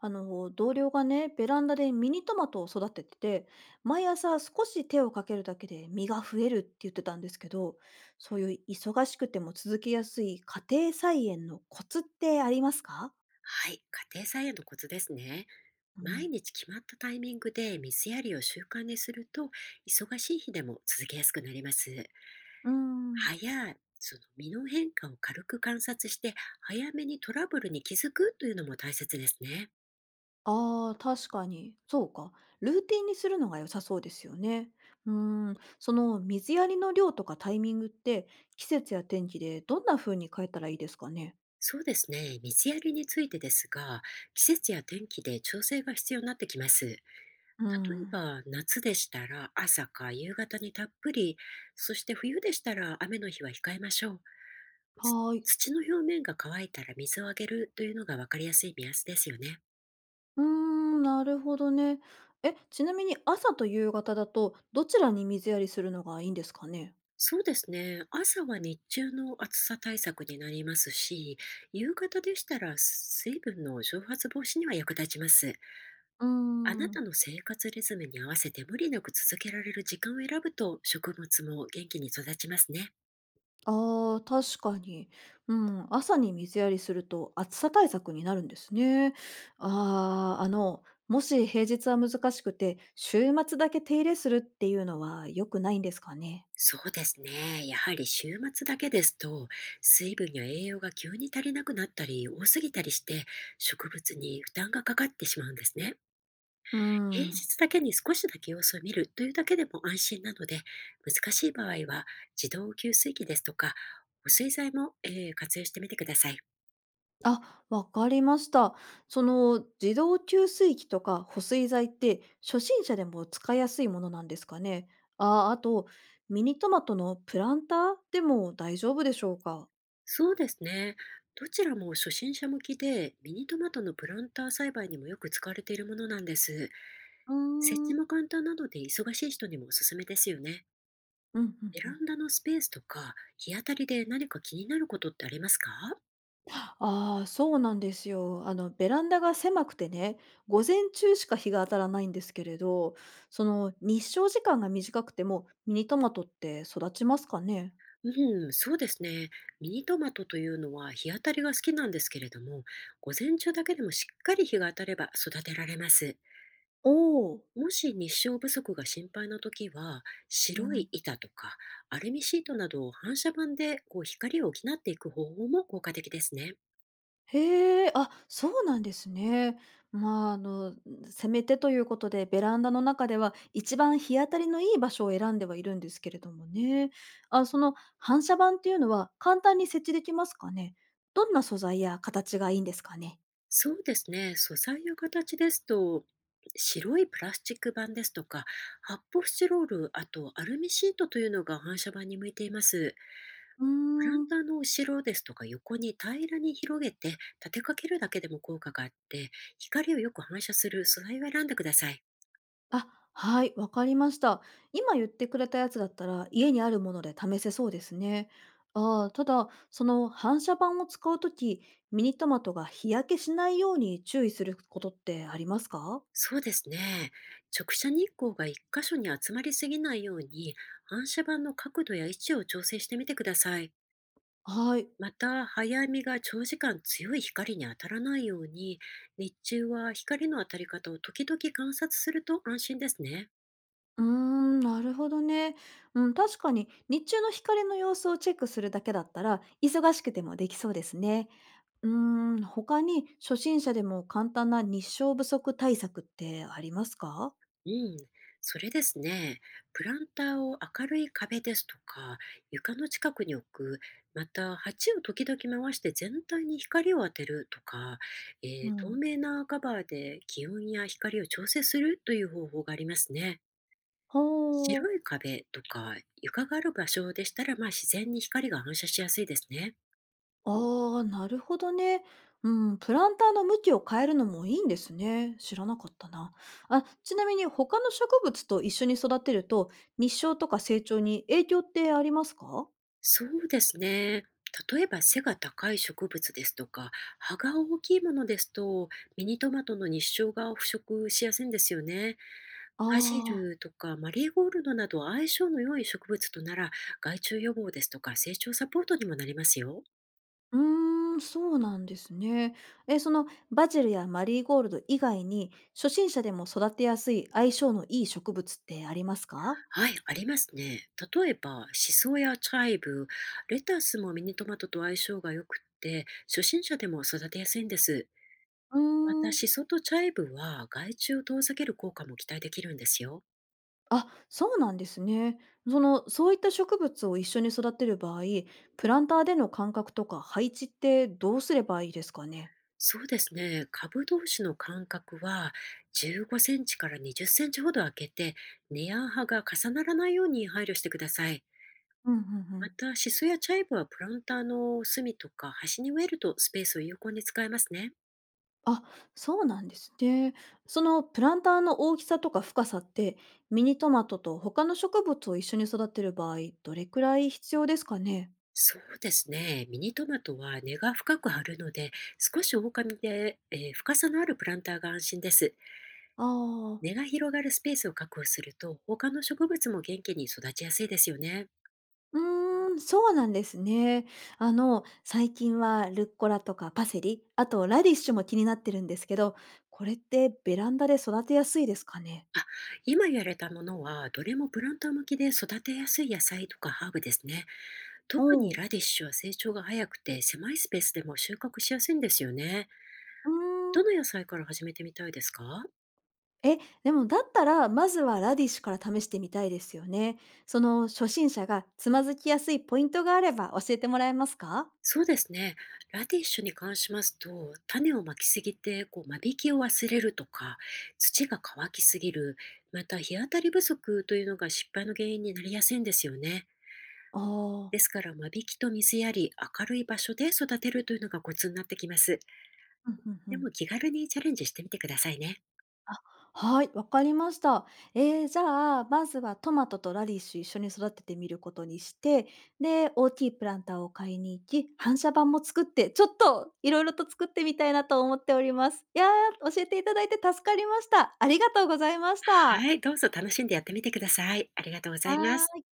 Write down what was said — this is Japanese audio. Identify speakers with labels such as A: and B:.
A: あの同僚がねベランダでミニトマトを育ててて、毎朝少し手をかけるだけで実が増えるって言ってたんですけど、そういう忙しくても続けやすい家庭菜園のコツってありますか？
B: はい、家庭菜園のコツですね。
A: う
B: 毎
A: ん。
B: 日決まったタイミングで水やりを習慣にすると、忙しい日でも続けやすくなります。
A: うーん。
B: 葉やその実の変化を軽く観察して、早めにトラブルに気づくというのも大切ですね。
A: あー、確かにそうか。ルーティンにするのが良さそうですよね。うん、その水やりの量とかタイミングって季節や天気でどんな風に変えたらいいですかね？
B: そうですね、水やりについてですが、季節や天気で調整が必要になってきます。
A: う
B: 例え
A: ん。
B: ば夏でしたら朝か夕方にたっぷり、そして冬でしたら雨の日は控えましょう。
A: は
B: つ
A: ーい。
B: 土の表面が乾いたら水をあげるというのが分かりやすい目安ですよね。
A: うーん、なるほどね。え、ちなみに朝と夕方だと、どちらに水やりするのがいいんですかね？
B: そうですね。朝は日中の暑さ対策になりますし、夕方でしたら水分の蒸発防止には役立ちます。
A: うー
B: あなた
A: ん。
B: の生活リズムに合わせて無理なく続けられる時間を選ぶと植物も元気に育ちますね。
A: ああ、確かに。うん、朝に水やりすると暑さ対策になるんですね。ああ、もし平日は難しくて、週末だけ手入れするっていうのは良くないんですかね？
B: そうですね。やはり週末だけですと、水分や栄養が急に足りなくなったり多すぎたりして、植物に負担がかかってしまうんですね。
A: うー
B: 平
A: ん。
B: 日だけに少しだけ様子を見るというだけでも安心なので、難しい場合は自動給水器ですとか、お水剤も、活用してみてください。
A: あ、わかりました。その自動給水器とか保水剤って初心者でも使いやすいものなんですかね。あ、あとミニトマトのプランターでも大丈夫でしょうか。
B: そうですね。どちらも初心者向きで、ミニトマトのプランター栽培にもよく使われているものなんです。
A: うー
B: 設
A: ん、う
B: 置
A: ん
B: も簡単なので、忙しい人にもおすすめですよね。
A: うんうん。
B: ベランダのスペースとか、日当たりで何か気になることってありますか？
A: ああ、そうなんですよ。あのベランダが狭くてね、午前中しか日が当たらないんですけれど、その日照時間が短くてもミニトマトって育ちますかね？
B: うん、そうですね。ミニトマトというのは日当たりが好きなんですけれども、午前中だけでもしっかり日が当たれば育てられます。
A: おお。
B: もし日照不足が心配な時は、
A: う
B: 白い
A: ん。
B: 板とかアルミシートなどを反射板でこう光を補っていく方法も効果的ですね。
A: へえ、あ、そうなんですね。まあ、せめてということで、ベランダの中では一番日当たりのいい場所を選んではいるんですけれどもね。あ、その反射板っていうのは簡単に設置できますかね？どんな素材や形がいいんですかね？
B: そうですね。素材や形ですと、白いプラスチック板ですとか、発泡スチロール、あとアルミシートというのが反射板に向いています。
A: うー
B: プラン
A: ん。
B: ターの後ろですとか横に平らに広げて立てかけるだけでも効果があって、光をよく反射する素材を選んでください。
A: あ、はい、わかりました。今言ってくれたやつだったら、家にあるもので試せそうですね。ああ、ただ、その反射板を使うとき、ミニトマトが日焼けしないように注意することってありますか？
B: そうですね。直射日光が一箇所に集まりすぎないように、反射板の角度や位置を調整してみてください。
A: はい。
B: また、早編みが長時間強い光に当たらないように、日中は光の当たり方を時々観察すると安心ですね。
A: うーん、なるほどね。うん、確かに、日中の光の様子をチェックするだけだったら、忙しくてもできそうですね。うーん、他に初心者でも簡単な日照不足対策ってありますか？
B: うん、それですね。プランターを明るい壁ですとか、床の近くに置く、また鉢を時々回して全体に光を当てるとか、え
A: う
B: 透
A: ん。
B: 明なカバーで気温や光を調整するという方法がありますね。
A: ほー。
B: 白い壁とか床がある場所でしたら、まあ、自然に光が反射しやすいですね。
A: ああ、なるほどね。うん、プランターの向きを変えるのもいいんですね。知らなかったな。あ、ちなみに他の植物と一緒に育てると、日照とか成長に影響ってありますか？
B: そうですね。例えば背が高い植物ですとか、葉が大きいものですと、ミニトマトの日照が腐食しやすいんですよね。バジ
A: ああ
B: ルとかマリーゴールドなど相性の良い植物となら、害虫予防ですとか成長サポートにもなりますよ。
A: ー、うーん、そうなんですね。え、そのバジルやマリーゴールド以外に、初心者でも育てやすい相性のいい植物ってありますか？
B: はい、ありますね。例えば、シソやチャイブ、レタスもミニトマトと相性が良くって、初心者でも育てやすいんです。
A: う
B: また、
A: ーん。
B: シソとチャイブは害虫を遠ざける効果も期待できるんですよ。
A: あ、そうなんですね。そういった植物を一緒に育てる場合、プランターでの間隔とか配置ってどうすればいいですかね？
B: そうですね。株同士の間隔は15センチから20センチほど空けて、根や葉が重ならないように配慮してください。
A: うんうんう
B: ま
A: ん。
B: た、シソやチャイブはプランターの隅とか端に植えるとスペースを有効に使えますね。
A: あ、そうなんですね。そのプランターの大きさとか深さって、ミニトマトと他の植物を一緒に育てる場合、どれくらい必要ですかね？
B: そうですね。ミニトマトは根が深く張るので、少し大紙で、深さのあるプランターが安心です。
A: ああー。
B: 根が広がるスペースを確保すると、他の植物も元気に育ちやすいですよね。
A: うーん、そうなんですね。最近はルッコラとかパセリ、あとラディッシュも気になってるんですけど、これってベランダで育てやすいですかね？
B: あ、今やれたものは、どれもプランター向きで育てやすい野菜とかハーブですね。特に
A: おう、
B: ラディッシュは成長が早くて、狭いスペースでも収穫しやすいんですよね。
A: うーん。
B: どの野菜から始めてみたいですか？
A: え、でもだったら、まずはラディッシュから試してみたいですよね。その初心者がつまずきやすいポイントがあれば教えてもらえますか？
B: そうですね。ラディッシュに関しますと、種をまきすぎて、こう、間引きを忘れるとか、土が乾きすぎる、また日当たり不足というのが失敗の原因になりやすいんですよね。
A: あ
B: で
A: あー。
B: すから、間引きと水やり、明るい場所で育てるというのがコツになってきます。
A: うん、うん
B: で
A: う
B: も
A: ん。
B: 気軽にチャレンジしてみてくださいね。
A: あ、はい、わかりました。じゃあ、まずはトマトとラディッシュ一緒に育ててみることにして、で、大きいプランターを買いに行き、反射板も作って、ちょっといろいろと作ってみたいなと思っております。いやー、教えていただいて助かりました。ありがとうございました。
B: はい、どうぞ楽しんでやってみてください。ありがとうござ
A: は
B: います。
A: ーい